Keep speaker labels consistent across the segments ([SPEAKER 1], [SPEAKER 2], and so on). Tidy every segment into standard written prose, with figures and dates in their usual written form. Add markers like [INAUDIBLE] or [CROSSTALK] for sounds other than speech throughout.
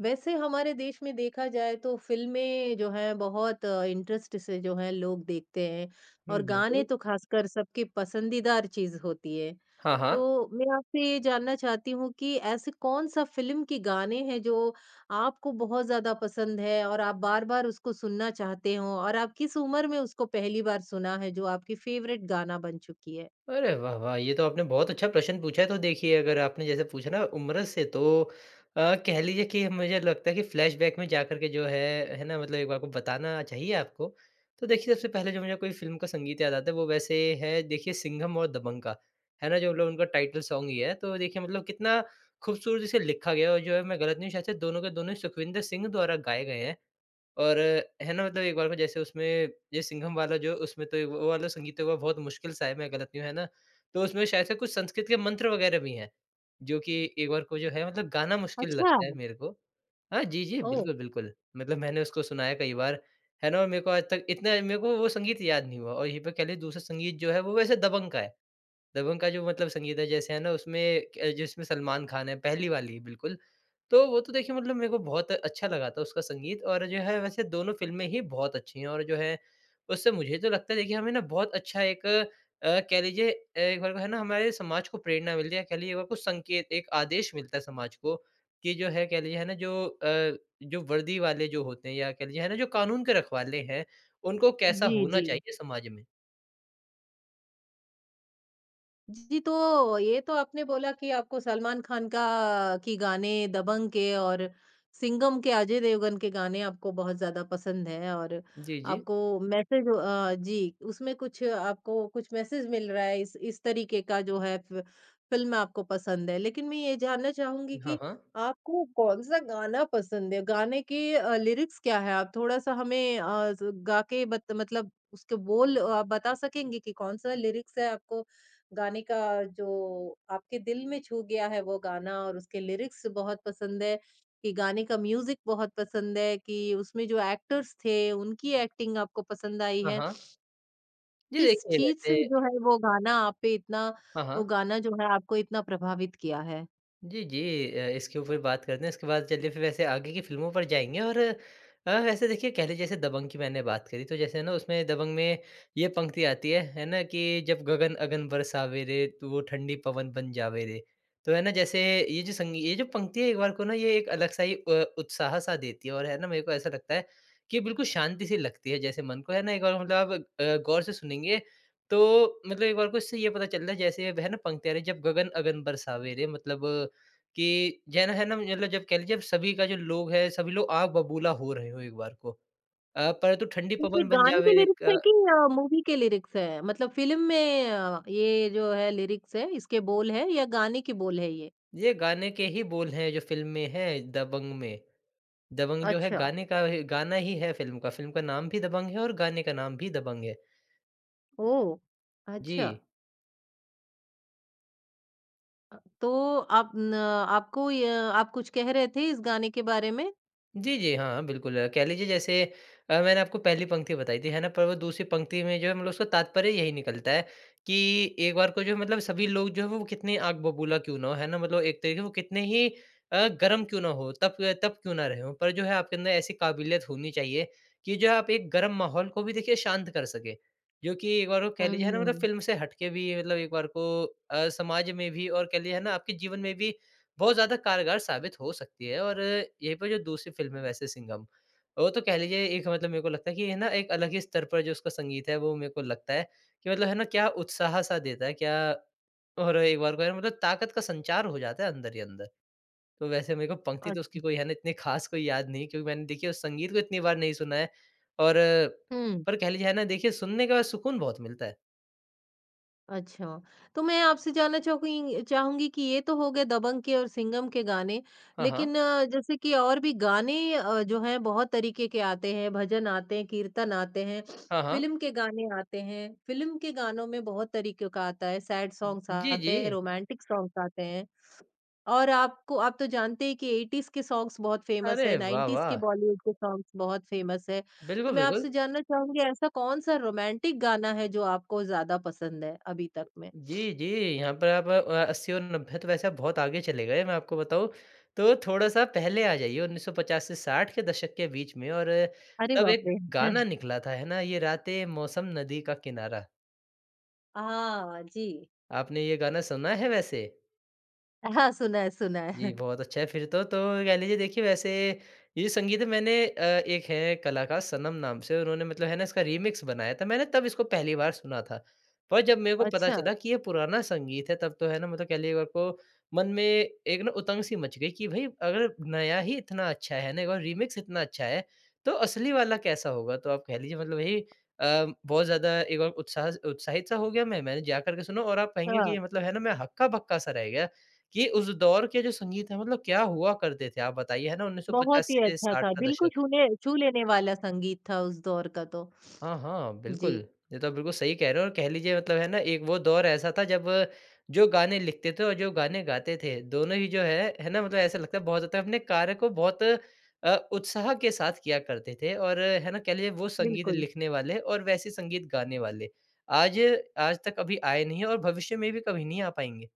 [SPEAKER 1] वैसे हमारे देश में देखा जाए तो फ़िल्में जो हैं बहुत इंटरेस्ट से जो है लोग देखते हैं और
[SPEAKER 2] हुँ,
[SPEAKER 1] गाने
[SPEAKER 2] बिल्कुल।
[SPEAKER 1] तो ख़ासकर सबकी पसंदीदार चीज़ होती है।
[SPEAKER 2] हाँ, हाँ।
[SPEAKER 1] तो मैं आपसे ये जानना चाहती हूँ कि ऐसे कौन-सा फ़िल्म के गाने हैं जो आपको बहुत ज़्यादा पसंद है और आप बार-बार उसको सुनना चाहते हो और आप किस उम्र में उसको पहली बार सुना है जो आपकी फ़ेवरेट गाना बन चुकी है?
[SPEAKER 2] अरे वाह, वाह! ये तो आपने बहुत अच्छा प्रश्न पूछा है। तो देखिए, अगर आपने जैसे पूछा ना उम्र से तो कह लीजिए कि मुझे लगता है कि फ्लैशबैक में जाकर के जो है ना? मतलब एक बार को बताना चाहिए आपको। तो देखिए, सबसे पहले जो मुझे कोई फ़िल्म का संगीत याद आता है, वो वैसे है देखिए सिंघम और दबंग का, है ना? जो मतलब उनका टाइटल सॉन्ग ही है। तो देखिए, मतलब कितना खूबसूरती से लिखा गया है और जो है मैं गलत नहीं हूँ शायद से दोनों के दोनों ही सुखविंदर सिंह द्वारा गाए गए हैं। और है ना मतलब एक बार को जैसे उसमें ये सिंघम वाला जो उसमें तो एक वो वाला संगीत तो बहुत मुश्किल सा है मैं गलत नहीं हूँ, है ना? तो उसमें शायद से कुछ संस्कृत के मंत्र वग़ैरह भी हैं, जो कि एक बार को जो है मतलब गाना मुश्किल
[SPEAKER 1] अच्छा।
[SPEAKER 2] लगता है मेरे को। हाँ, जी, जी,
[SPEAKER 1] ओह!
[SPEAKER 2] बिल्कुल, बिल्कुल। मतलब मैंने उसको सुना है कई बार, है ना? और मेरे को आज तक इतना मेरे को वो संगीत याद नहीं हुआ और यहीं पे कह लें दूसरा संगीत जो है वो वैसे दबंग का है। दबंग का जो मतलब संगीत है जैसे है ना उसमें क जिसमें सलमान खान है, पहली वाली बिल्कुल। तो वो तो देखिए मतलब मेरे को बहुत अच्छा लगा था उसका संगीत और जो है वैसे दोनों फ़िल्में ही बहुत अच्छी हैं और जो है उससे मुझे तो लगता है देखिए हमें ना बहुत अच्छा एक कह लीजिए एक बार को है ना हमारे समाज को प्रेरणा मिलती है कह लीजिए एक बार को संकेत एक आदेश मिलता है समाज को कि जो है कह लीजिए है ना जो जो वर्दी वाले जो होते हैं या कह लीजिए है ना जो कानून के रखवाले हैं, उनको कैसा
[SPEAKER 1] जी,
[SPEAKER 2] होना
[SPEAKER 1] जी।
[SPEAKER 2] चाहिए समाज में।
[SPEAKER 1] जी, तो ये तो आपने बोला कि आपको सलमान खान का की गाने, दबंग के और सिंघम के, अजय देवगन के गाने आपको बहुत ज़्यादा पसंद हैं और
[SPEAKER 2] जी, जी।
[SPEAKER 1] आपको मैसेज जी, उसमें कुछ आपको कुछ मैसेज मिल रहा है इस तरीके का जो है फ़िल्म आपको पसंद है। लेकिन मैं ये जानना चाहूँगी
[SPEAKER 2] हाँ,
[SPEAKER 1] कि
[SPEAKER 2] हाँ।
[SPEAKER 1] आपको कौन-सा गाना पसंद है? गाने के लिरिक्स क्या है? आप थोड़ा-सा हमें अ, ज़ गा के बत मतलब उसके बोल आप बता सकेंगे कि कौन-सा लिरिक्स है आपको गाने का जो आपके दिल में छू गया है वो गाना और उसके लिरिक्स बहुत पसंद है, कि गाने का म्यूज़िक बहुत पसंद है, कि उसमें जो एक्टर्स थे उनकी एक्टिंग आपको पसंद आई
[SPEAKER 2] हाँ,
[SPEAKER 1] है।
[SPEAKER 2] हाँ। जी
[SPEAKER 1] किस
[SPEAKER 2] देखिए
[SPEAKER 1] चीज़
[SPEAKER 2] वैसे
[SPEAKER 1] से जो है
[SPEAKER 2] हाँ,
[SPEAKER 1] वो
[SPEAKER 2] हाँ।
[SPEAKER 1] गाना जो है आपको इतना प्रभावित किया है?
[SPEAKER 2] जी, जी। इसके ऊपर बात करते हैं। इसके बाद चलिए फिर वैसे आगे की फ़िल्मों पर जाएँगे और वैसे देखिए कह लीजिए जैसे दबंग की मैंने बात करी तो जैसे ना उसमें दबंग में ये पंक्ति आती है ना? कि जब गगन अगन बरसावे रे, तो वो ठंडी पवन बन जावे रे। तो है ना जैसे ये जो संगी ये जो पंक्ति है एक बार को ना ये एक अलग-सा ही उत्साह-सा देती है और है ना मेरे को ऐसा लगता है कि बिल्कुल शांति सी लगती है जैसे मन को है ना एक बार मतलब आप गौर से सुनेंगे तो मतलब एक बार को इससे ये पता चल रहा है जैसे है ना पंक्ति आ रही है जब गगन अगन बरसावे रे मतलब कि जैन है ना मतलब जब कह लीजिए अब सभी का जो लोग है, सभी लोग आग बबूला हो रहे हो एक बार को। परंतु ठंडी
[SPEAKER 1] तो ये
[SPEAKER 2] पवन बन
[SPEAKER 1] गाने के
[SPEAKER 2] जावे
[SPEAKER 1] लिरिक्स
[SPEAKER 2] एक
[SPEAKER 1] हैं कि मूवी के लिरिक्स हैं? मतलब फ़िल्म में ये जो है लिरिक्स है, इसके बोल है या गाने के बोल है ये?
[SPEAKER 2] ये गाने के ही बोल हैं जो फ़िल्म में हैं दबंग में। दबंग जो है
[SPEAKER 1] अच्छा,
[SPEAKER 2] गाने का गाना ही है फ़िल्म का नाम भी दबंग है और गाने का नाम भी दबंग है।
[SPEAKER 1] ओह!
[SPEAKER 2] जी।
[SPEAKER 1] अच्छा। तो आप न आपको य आप कुछ कह रहे थे इस गाने के बारे में?
[SPEAKER 2] जी, जी। हाँ, बिल्कुल, कह लीजिए जैसे मैंने आपको पहली पंक्ति बताई थी, है ना? पर वो दूसरी पंक्ति में जो है मतलब उसका तात्पर्य यही निकलता है कि एक बार को जो है मतलब सभी लोग जो है वो कितने आग बबूला क्यों ना हो, है ना? मतलब एक तरीके से वो कितने ही गर्म क्यों ना हो, तप तप क्यों ना रहे हों, पर जो है आपके अंदर ऐसी काबिलियत होनी चाहिए कि जो है आप एक गर्म माहौल को भी देखिए शांत कर सकें। जो कि एक बार को कह लीजिए है ना मतलब
[SPEAKER 1] हुँ।
[SPEAKER 2] फ़िल्म से हट के भी मतलब एक बार को समाज में भी और कह लीजिए है ना आपके जीवन में भी बहुत ज़्यादा कारगर साबित हो सकती है और यहीं पर जो दूसरी फ़िल्म है वैसे सिंघम, वो तो कह लीजिए एक मतलब मेरे को लगता है कि है ना एक अलग ही स्तर पर जो उसका संगीत है वो मेरे को लगता है कि मतलब है ना क्या उत्साह-सा देता है, क्या और एक बार को है ना मतलब ताकत का संचार हो जाता है अंदर ही अंदर। तो वैसे मेरे को पंक्ति तो उसकी
[SPEAKER 1] अच्छा।
[SPEAKER 2] कोई है ना इतनी ख़ास कोई याद नहीं क्योंकि मैंने देखिए उस संगीत को इतनी बार नहीं सुना है और
[SPEAKER 1] हुँ,
[SPEAKER 2] पर कह लीजिए है ना देखिए सुनने के बाद सुकून बहुत मिलता है।
[SPEAKER 1] अच्छा। तो मैं आपसे जानना चाहूँगी चाहूँगी कि ये तो हो गए दबंग के और सिंघम के गाने,
[SPEAKER 2] हाँ, हाँ।
[SPEAKER 1] लेकिन जैसे कि और भी गाने जो हैं बहुत तरीके के आते हैं, भजन आते हैं, कीर्तन आते हैं,
[SPEAKER 2] हाँ, हाँ।
[SPEAKER 1] फ़िल्म के गाने आते हैं। फ़िल्म के गानों में बहुत तरीके का आता है, सैड सॉन्ग्स
[SPEAKER 2] जी, जी।
[SPEAKER 1] आते हैं, रोमांटिक सॉन्ग्स आते हैं। और आपको आप तो जानते ही कि 80s के सॉन्ग्स बहुत फेमस
[SPEAKER 2] अरे
[SPEAKER 1] है,
[SPEAKER 2] वाह,
[SPEAKER 1] 90s के
[SPEAKER 2] वाह!
[SPEAKER 1] बॉलीवुड के सॉन्ग्स बहुत फेमस है। तो
[SPEAKER 2] बिल्कुल,
[SPEAKER 1] मैं
[SPEAKER 2] बिल्कुल।
[SPEAKER 1] आपसे जानना चाहूँगी ऐसा कौन-सा रोमांटिक गाना है जो आपको ज़्यादा पसंद है अभी तक में?
[SPEAKER 2] जी, जी, यहाँ पर आप 80 और 90 तो वैसे आप बहुत आगे चले गए मैं आपको बताऊँ। तो थोड़ा-सा पहले आ जाइए 1950 से 60 के दशक के बीच में और
[SPEAKER 1] अरे
[SPEAKER 2] तब
[SPEAKER 1] बाप
[SPEAKER 2] एक
[SPEAKER 1] रे!
[SPEAKER 2] गाना
[SPEAKER 1] [LAUGHS]
[SPEAKER 2] निकला था, है ना? ये रातें मौसम नदी का किनारा।
[SPEAKER 1] हाँ, जी।
[SPEAKER 2] आपने ये गाना सुना है वैसे?
[SPEAKER 1] हाँ, सुना है, सुना
[SPEAKER 2] जी,
[SPEAKER 1] है।
[SPEAKER 2] बहुत अच्छा है फिर तो। तो कह लीजिए देखिए वैसे ये संगीत मैंने एक है कलाकार सनम नाम से उन्होंने मतलब है ना इसका रीमिक्स बनाया था। मैंने तब इसको पहली बार सुना था। पर जब मेरे को पता
[SPEAKER 1] अच्छा,
[SPEAKER 2] चला कि ये पुराना संगीत है तब तो है ना मतलब कह लीजिए मेरे को मन में एक ना उतंग सी मच गई कि भई अगर नया ही इतना अच्छा है ना और रीमिक्स इतना अच्छा है, तो असली वाला कैसा होगा? तो आप कह लीजिए मतलब वही बहुत ज़्यादा एक बार उत्साहित सा हो गया मैं। मैंने जा कर के सुना और आप कहेंगे कि ये
[SPEAKER 1] हाँ।
[SPEAKER 2] मतलब है ना मैं हक्का-बक्का सा रह गया। कि उस दौर के जो संगीत है मतलब क्या हुआ करते थे आप बताइए, है ना
[SPEAKER 1] बहुत
[SPEAKER 2] 1950
[SPEAKER 1] ही
[SPEAKER 2] से
[SPEAKER 1] अच्छा
[SPEAKER 2] 60
[SPEAKER 1] था,
[SPEAKER 2] का
[SPEAKER 1] दिल को
[SPEAKER 2] दशक।
[SPEAKER 1] छूने छू लेने वाला संगीत था उस दौर का तो।
[SPEAKER 2] हाँ, हाँ,
[SPEAKER 1] जी,
[SPEAKER 2] बिल्कुल। ये तो आप बिल्कुल सही कह रहे हो और कह लीजिए मतलब है ना एक वो दौर ऐसा था जब जो गाने लिखते थे और जो गाने गाते थे, दोनों ही जो है ना मतलब ऐसा लगता है बहुत ज़्यादा अपने कार्य को बहुत उत्साह के साथ किया करते थे और है ना कह लीजिए वो संगीत
[SPEAKER 1] बिल्कुल।
[SPEAKER 2] लिखने वाले और वैसे संगीत गाने वाले, आज आज तक अभी आए नहीं हैं और भविष्य में भी कभी नहीं आ पाएँगे।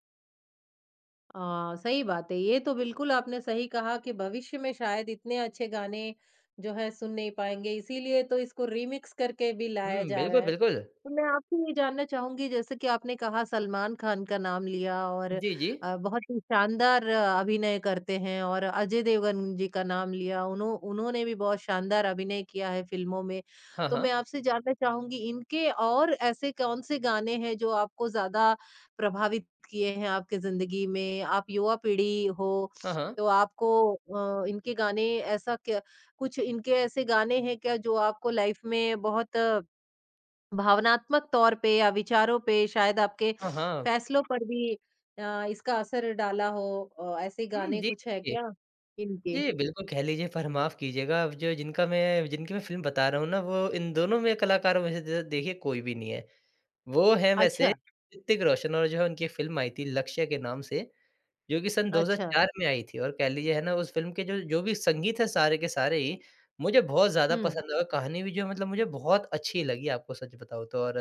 [SPEAKER 1] हाँ, सही बात है। ये तो बिल्कुल आपने सही कहा कि भविष्य में शायद इतने अच्छे गाने जो है सुन नहीं पाएँगे, इसीलिए तो इसको रीमिक्स करके भी लाया
[SPEAKER 2] हुँ,
[SPEAKER 1] जा रहा
[SPEAKER 2] बिल्कुल,
[SPEAKER 1] है।
[SPEAKER 2] बिल्कुल।
[SPEAKER 1] तो मैं आपसे ये जानना चाहूँगी जैसे कि आपने कहा सलमान खान का नाम लिया और
[SPEAKER 2] जी, जी।
[SPEAKER 1] बहुत ही शानदार अभिनय करते हैं और अजय देवगन जी का नाम लिया, उन्होंने भी बहुत शानदार अभिनय किया है फ़िल्मों में।
[SPEAKER 2] हाँ,
[SPEAKER 1] तो
[SPEAKER 2] हाँ।
[SPEAKER 1] मैं आपसे जानना चाहूँगी इनके और ऐसे कौन से गाने हैं जो आपको ज़्यादा प्रभावित किए हैं आपकी ज़िंदगी में? आप युवा पीढ़ी हो,
[SPEAKER 2] हाँ, हाँ।
[SPEAKER 1] तो आपको इनके गाने ऐसा क्या कुछ इनके ऐसे गाने हैं क्या जो आपको लाइफ में बहुत भावनात्मक तौर पे या विचारों पे शायद आपके
[SPEAKER 2] हाँ, हाँ।
[SPEAKER 1] फैसलों पर भी इसका असर डाला हो? ऐसे
[SPEAKER 2] हुँ,
[SPEAKER 1] गाने
[SPEAKER 2] जी,
[SPEAKER 1] कुछ है
[SPEAKER 2] जी।
[SPEAKER 1] क्या इनके?
[SPEAKER 2] जी, बिल्कुल कह लीजिए पर माफ़ कीजिएगा अब जो जिनका मैं जिनकी मैं फ़िल्म बता रहा हूँ ना वो इन दोनों में कलाकारों में से द देखिए कोई भी नहीं है। वो हैं वैसे
[SPEAKER 1] अच्छा,
[SPEAKER 2] ऋतिक रोशन और जो है उनकी एक फ़िल्म आई थी लक्ष्य के नाम से। जो कि सन
[SPEAKER 1] अच्छा।
[SPEAKER 2] 2004 में आई थी और कह लीजिए है ना उस फ़िल्म के जो जो भी संगीत है सारे के सारे ही, मुझे बहुत ज़्यादा
[SPEAKER 1] हुँ।
[SPEAKER 2] पसंद आए कहानी भी जो मतलब मुझे बहुत अच्छी लगी आपको सच बताऊँ तो और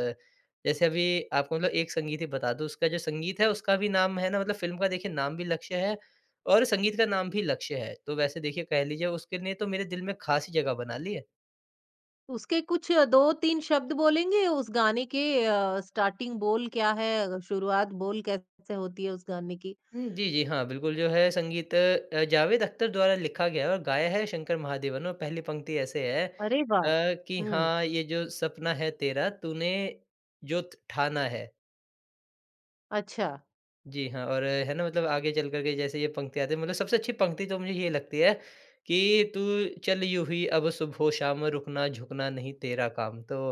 [SPEAKER 2] जैसे अभी आपको मतलब एक संगीत ही बता दूँ उसका जो संगीत है उसका भी नाम है ना मतलब फ़िल्म का देखिए नाम भी लक्ष्य है और संगीत का नाम भी लक्ष्य है। तो वैसे देखिए कह लीजिए उसके लिए तो मेरे दिल में ख़ास ही जगह बना ली है।
[SPEAKER 1] उसके कुछ 2-3 शब्द बोलेंगे? उस गाने के स्टार्टिंग बोल क्या है? शुरुआत बोल कैसे होती है उस गाने की?
[SPEAKER 2] हुँ, जी, जी। हाँ, बिल्कुल जो है संगीत जावेद अख्तर द्वारा लिखा गया है और गाया है शंकर महादेवन और पहली पंक्ति ऐसे है
[SPEAKER 1] अरे वाह!
[SPEAKER 2] कि
[SPEAKER 1] हुँ,
[SPEAKER 2] हाँ, ये जो सपना है तेरा तूने जो थ ठाना है।
[SPEAKER 1] अच्छा,
[SPEAKER 2] जी हाँ, और है ना मतलब आगे चल कर के जैसे ये पंक्ति आती है मतलब सबसे अच्छी पंक्ति तो मुझे ये लगती है कि तू चल यूँ ही अब सुबहो शाम रुकना झुकना नहीं तेरा काम। तो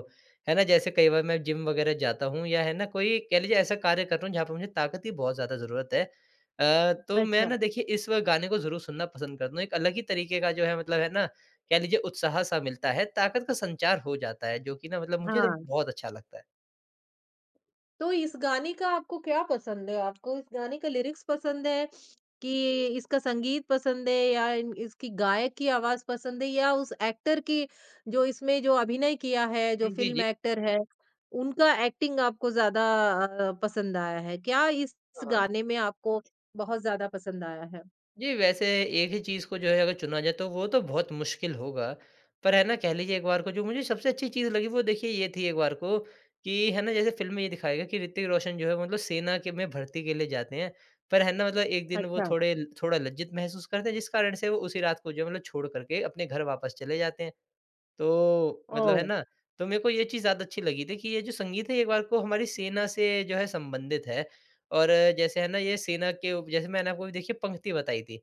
[SPEAKER 2] है ना जैसे कई बार मैं जिम वग़ैरह जाता हूँ या है ना कोई कह लीजिए ऐसा कार्य कर रहा हूँ जहाँ पे मुझे ताकत की बहुत ज़्यादा ज़रूरत है। तो मैं
[SPEAKER 1] अच्छा,
[SPEAKER 2] ना देखिए इस गाने को ज़रूर सुनना पसंद करता हूँ। एक अलग ही तरीके का जो है मतलब है ना कह लीजिए उत्साह सा मिलता है, ताकत का संचार हो जाता है जो कि ना मतलब मुझे तो
[SPEAKER 1] हाँ।
[SPEAKER 2] बहुत अच्छा लगता है।
[SPEAKER 1] तो इस गाने का आपको क्या पसंद है? आपको इस गाने का लिरिक्स पसंद है कि इसका संगीत पसंद है या इन इसकी गायक की आवाज़ पसंद है या उस एक्टर की जो इसमें जो अभिनय किया है, जो
[SPEAKER 2] हुँ, जी,
[SPEAKER 1] फ़िल्म
[SPEAKER 2] जी।
[SPEAKER 1] एक्टर है, उनका एक्टिंग आपको ज़्यादा पसंद आया है? क्या इस
[SPEAKER 2] हाँ, हाँ।
[SPEAKER 1] गाने में आपको बहुत ज़्यादा पसंद आया है?
[SPEAKER 2] जी, वैसे एक ही चीज़ को जो है अगर चुना जाए तो वो तो बहुत मुश्किल होगा। पर है ना कह लीजिए एक बार को जो मुझे सबसे अच्छी चीज़ लगी वो देखिए ये थी एक बार को कि है ना जैसे फ़िल्म में ये दिखाया गया कि ऋतिक रोशन जो है मतलब सेना के में भर्ती के लिए जाते हैं। पर है ना मतलब एक दिन वो
[SPEAKER 1] अच्छा,
[SPEAKER 2] थोड़े थोड़ा लज्जित महसूस करते हैं जिस कारण से वो उसी रात को जो है मतलब छोड़ कर के अपने घर वापस चले जाते हैं। तो मतलब है
[SPEAKER 1] ओह!
[SPEAKER 2] ना? तो मेरे को ये चीज़ ज़्यादा अच्छी लगी थी कि ये जो संगीत है एक बार को हमारी सेना से जो है संबंधित है और जैसे है ना ये सेना के उ जैसे मैंने आपको भी देखिए पंक्ति बताई थी,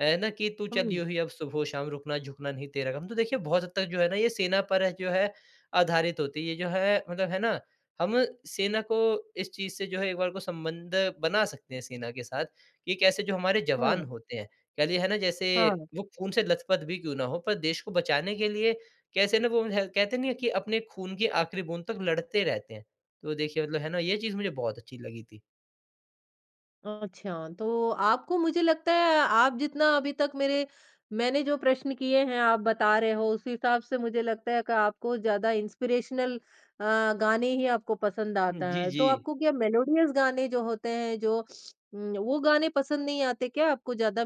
[SPEAKER 2] है ना? कि तू चल
[SPEAKER 1] हुँ,
[SPEAKER 2] यूँ ही अब सुबह-शाम रुकना झुकना नहीं तेरा गम। तो देखिए बहुत हद तक जो है ना ये सेना पर है जो है आधारित होती है। ये जो है मतलब है ना हम सेना को इस चीज़ से जो है एक बार को संबंध बना सकते हैं सेना के साथ कि कैसे जो हमारे जवान
[SPEAKER 1] हाँ,
[SPEAKER 2] होते हैं, कह लिए है ना जैसे
[SPEAKER 1] हाँ।
[SPEAKER 2] वो खून से लथपथ भी क्यों ना हो पर देश को बचाने के लिए कैसे ना वो है कहते नहीं है कि अपने खून की आखिरी बूँद तक लड़ते रहते हैं। तो देखिए मतलब है ना ये चीज़ मुझे बहुत अच्छी लगी थी।
[SPEAKER 1] अच्छा, तो आपको मुझे लगता है आप जितना अभी तक मेरे मैंने जो प्रश्न किए हैं आप बता रहे हो उस हिसाब से मुझे लगता है कि आपको ज़्यादा इंस्पिरेशनल गाने ही आपको पसंद
[SPEAKER 2] हुँ,
[SPEAKER 1] आता
[SPEAKER 2] जी,
[SPEAKER 1] है।
[SPEAKER 2] जी।
[SPEAKER 1] तो आपको क्या मेलोडियस गाने जो होते हैं वो गाने पसंद नहीं आते क्या? आपको ज़्यादा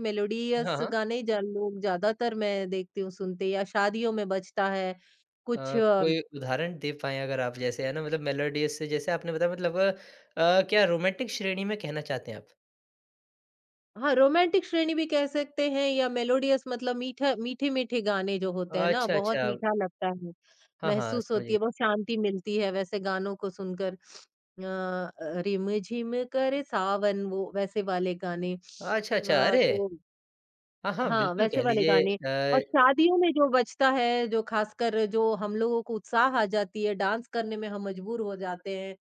[SPEAKER 2] हाँ,
[SPEAKER 1] मेलोडियस
[SPEAKER 2] हाँ।
[SPEAKER 1] गाने ज लोग ज़्यादातर मैं देखती हूँ सुनते या शादियों में बजता है,
[SPEAKER 2] अ,
[SPEAKER 1] कुछ
[SPEAKER 2] कोई उदाहरण दे पाएँ अगर आप जैसे है ना मतलब मेलोडियस से जैसे आपने बताया मतलब क्या रोमांटिक श्रेणी में कहना चाहते हैं आप?
[SPEAKER 1] हाँ, रोमांटिक श्रेणी भी कह सकते हैं या मेलोडियस मतलब मीठा मीठे-मीठे गाने जो होते हैं ना,
[SPEAKER 2] अच्छा,
[SPEAKER 1] बहुत
[SPEAKER 2] अच्छा।
[SPEAKER 1] मीठा लगता है,
[SPEAKER 2] हाँ, हाँ,
[SPEAKER 1] महसूस
[SPEAKER 2] समझ
[SPEAKER 1] होती
[SPEAKER 2] गया।
[SPEAKER 1] है, बहुत शांति मिलती है वैसे गानों को सुनकर। रिम-झिम करे सावन वो वैसे वाले गाने।
[SPEAKER 2] अच्छा, अच्छा। अरे!
[SPEAKER 1] तो
[SPEAKER 2] हाँ, हाँ,
[SPEAKER 1] हाँ,
[SPEAKER 2] बिल्कुल
[SPEAKER 1] वैसे
[SPEAKER 2] कह
[SPEAKER 1] वाले
[SPEAKER 2] लीजिए।
[SPEAKER 1] गाने और
[SPEAKER 2] अ
[SPEAKER 1] शादियों में जो बजता है, जो खासकर जो हम लोगों को उत्साह आ जाती है, डांस करने में हम मजबूर हो जाते हैं।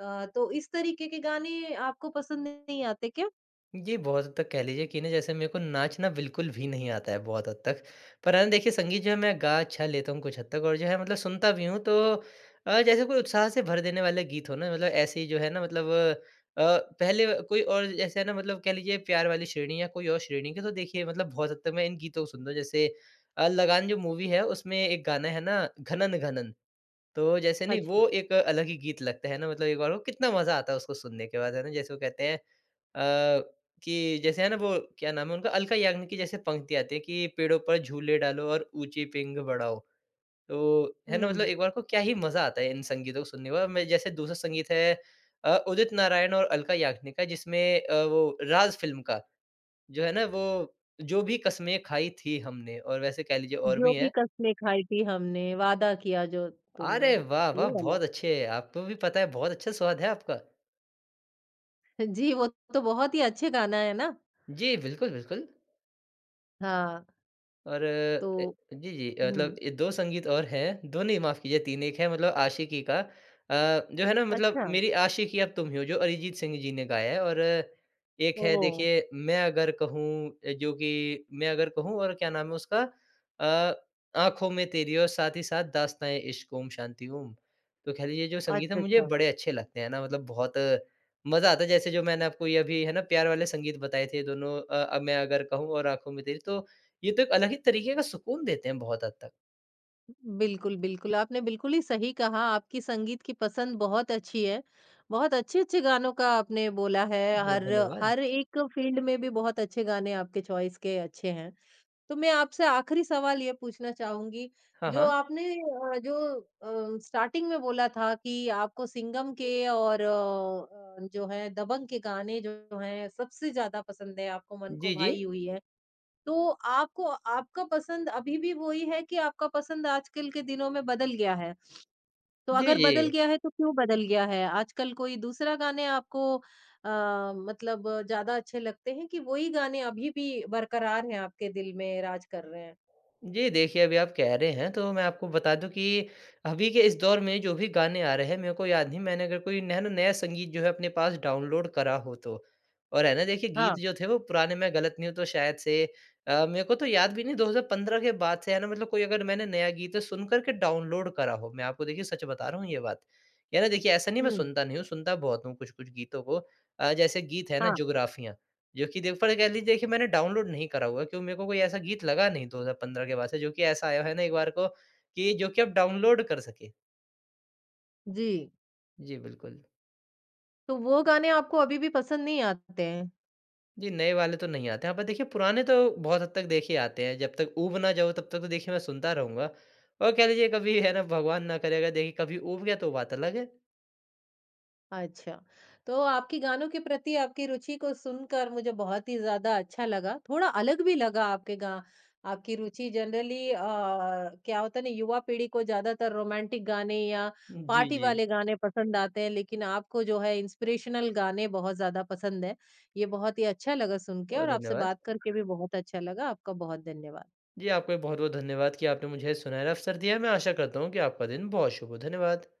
[SPEAKER 1] तो इस तरीके के गाने आपको पसंद नहीं आते क्या?
[SPEAKER 2] जी, बहुत हद तक कह लीजिए कि ना जैसे मेरे को नाचना बिल्कुल भी नहीं आता है बहुत हद तक। पर है ना देखिए संगीत जो है मैं गा अच्छा लेता हूँ कुछ हद तक और जो है मतलब सुनता भी हूँ तो जैसे कोई उत्साह से भर देने वाले गीत हो ना मतलब ऐसे ही जो है ना मतलब पहले कोई और जैसे है ना मतलब कह लीजिए प्यार वाली श्रेणी या कोई और श्रेणी के तो देखिए मतलब बहुत हद तक मैं इन गीतों को सुनता हूँ। जैसे लगान जो मूवी है उसमें एक गाना है ना घनन घनन। तो जैसे नहीं
[SPEAKER 1] अच्छा।
[SPEAKER 2] वो एक अलग ही गीत लगता है ना मतलब एक बार वो कितना मज़ा आता है उसको सुनने के बाद है ना जैसे वो कहते हैं अ, कि जैसे है ना वो क्या नाम है उनका अल्का याग्निक की जैसे पंक्ति आती है कि पेड़ों पर झूले डालो और ऊंची पींग बढ़ाओ। तो है ना मतलब
[SPEAKER 1] हुँ।
[SPEAKER 2] एक बार को क्या ही मज़ा आता है इन संगीतों को सुनने का। मैं जैसे दूसरा संगीत है उदित नारायण और अल्का याग्निक का जिसमें वो राज फ़िल्म का जो है ना वो जो भी कस्में खाई थी हमने और वैसे कह लीजिए और
[SPEAKER 1] जो
[SPEAKER 2] भी
[SPEAKER 1] भी
[SPEAKER 2] हैं।
[SPEAKER 1] कस्में खाई थी हमने, वादा किया जो
[SPEAKER 2] अरे
[SPEAKER 1] तुमने,
[SPEAKER 2] वाह, वाह!
[SPEAKER 1] ये
[SPEAKER 2] बहुत
[SPEAKER 1] वाला?
[SPEAKER 2] अच्छे आपको भी पता है बहुत अच्छा स्वाद है आपका।
[SPEAKER 1] [LAUGHS] जी, वो तो बहुत ही अच्छे गाना है ना?
[SPEAKER 2] जी, बिल्कुल, बिल्कुल।
[SPEAKER 1] हाँ,
[SPEAKER 2] और
[SPEAKER 1] तो
[SPEAKER 2] जी, जी मतलब
[SPEAKER 1] हुँ,
[SPEAKER 2] ये 2 संगीत और हैं, 2 नहीं माफ़ कीजिए 3। एक है मतलब आशिकी का जो है ना मतलब
[SPEAKER 1] अच्छा।
[SPEAKER 2] मेरी आशिकी अब तुम ही हो जो अरिजीत सिंह जी ने गाया है और एक है
[SPEAKER 1] ओह!
[SPEAKER 2] देखिए मैं अगर कहूँ अ, जो कि मैं अगर कहूँ और क्या नाम है उसका अ, आँखों में तेरी और साथ ही साथ दास्ताँए इश्क ओम शांति ओम। तो कह लीजिए जो संगीत है
[SPEAKER 1] अच्छा,
[SPEAKER 2] मुझे
[SPEAKER 1] अच्छा।
[SPEAKER 2] बड़े अच्छे लगते हैं ना मतलब बहुत मज़ा आता है जैसे जो मैंने आपको ये अभी है ना प्यार वाले संगीत बताए थे दोनों। अब मैं अगर कहूँ और आँखों में तेरी तो ये तो एक अलग ही तरीके का सुकून देते हैं बहुत हद तक।
[SPEAKER 1] बिल्कुल, बिल्कुल, आपने बिल्कुल ही सही कहा, आपकी संगीत की पसंद बहुत अच्छी है। बहुत अच्छे-अच्छे गानों का आपने बोला है,
[SPEAKER 2] बहुत
[SPEAKER 1] हर
[SPEAKER 2] धन्यवाद।
[SPEAKER 1] हर एक फ़ील्ड में भी बहुत अच्छे गाने आपके चॉइस के अच्छे हैं। तो मैं आपसे आखिरी सवाल ये पूछना चाहूँगी,
[SPEAKER 2] हाँ,
[SPEAKER 1] जो
[SPEAKER 2] हाँ।
[SPEAKER 1] आपने अ, जो अ, स्टार्टिंग में बोला था कि आपको सिंघम के और जो है दबंग के गाने जो हैं सबसे ज़्यादा पसंद है, आपको मन को
[SPEAKER 2] जी, जी।
[SPEAKER 1] भाई हुई है। तो आपको आपका पसंद अभी भी वही है कि आपका पसंद आजकल के दिनों में बदल गया है? तो
[SPEAKER 2] जी,
[SPEAKER 1] अगर
[SPEAKER 2] जी।
[SPEAKER 1] बदल गया है, तो क्यों बदल गया है? आजकल कोई दूसरा गाने आपको अ, मतलब ज़्यादा अच्छे लगते हैं कि वही गाने अभी भी बरकरार हैं आपके दिल में राज कर रहे हैं?
[SPEAKER 2] जी, देखिए अभी आप कह रहे हैं तो मैं आपको बता दूँ कि अभी के इस दौर में जो भी गाने आ रहे हैं मेरे को याद नहीं मैंने अगर कोई नया संगीत जो है अपने पास डाउनलोड करा हो तो। और है ना देखिए गीत
[SPEAKER 1] हाँ,
[SPEAKER 2] जो थे वो पुराने मैं गलत नहीं हूँ तो शायद से मेरे को तो याद भी नहीं 2015 के बाद से है ना मतलब कोई अगर मैंने नया गीत सुन कर के डाउनलोड करा हो, मैं आपको देखिए सच बता रहा हूँ ये बात। या ना देखिए ऐसा नहीं मैं
[SPEAKER 1] हुँ,
[SPEAKER 2] सुनता नहीं हूँ, सुनता बहुत हूँ कुछ-कुछ गीतों को। जैसे गीत है ना
[SPEAKER 1] हाँ,
[SPEAKER 2] जुगराफियाँ। जो कि देख पर कह लीजिए देखिए मैंने डाउनलोड नहीं करा हुआ है, क्यों मेरे को कोई ऐसा गीत लगा नहीं 2015 के बाद से, जो कि ऐसा आया है ना एक बार को कि जो कि आप डाउनलोड कर सकें।
[SPEAKER 1] जी।
[SPEAKER 2] जी, बिल्कुल।
[SPEAKER 1] तो वो गाने आपको अभी भी पसंद नहीं आते हैं?
[SPEAKER 2] जी, नए वाले तो नहीं आते। यहाँ पर देखिए पुराने तो बहुत हद तक देखिए आते हैं, जब तक ऊब ना जाऊँ तब तक तो देखिए मैं सुनता रहूँगा और कह लीजिए कभी है ना भगवान ना करे अगर देखिए कभी ऊब गया तो बात अलग है।
[SPEAKER 1] अच्छा, तो आपकी गानों के प्रति आपकी रुचि को सुनकर मुझे बहुत ही ज़्यादा अच्छा लगा, थोड़ा अलग भी लगा आपके गा आपकी रुचि जनरली क्या होता है ना युवा पीढ़ी को ज़्यादातर रोमांटिक गाने या
[SPEAKER 2] जी,
[SPEAKER 1] पार्टी
[SPEAKER 2] जी
[SPEAKER 1] वाले गाने पसंद आते हैं, लेकिन आपको जो है इंस्पिरेशनल गाने बहुत ज़्यादा पसंद है। ये बहुत ही अच्छा लगा सुन के
[SPEAKER 2] और
[SPEAKER 1] और आपसे
[SPEAKER 2] धन्यवाद।
[SPEAKER 1] बात करके भी बहुत अच्छा लगा। आपका बहुत धन्यवाद।
[SPEAKER 2] जी, आपको भी बहुत-बहुत धन्यवाद कि आपने मुझे सुनहरा अवसर दिया है। मैं आशा करता हूँ कि आपका दिन बहुत शुभ हो। धन्यवाद।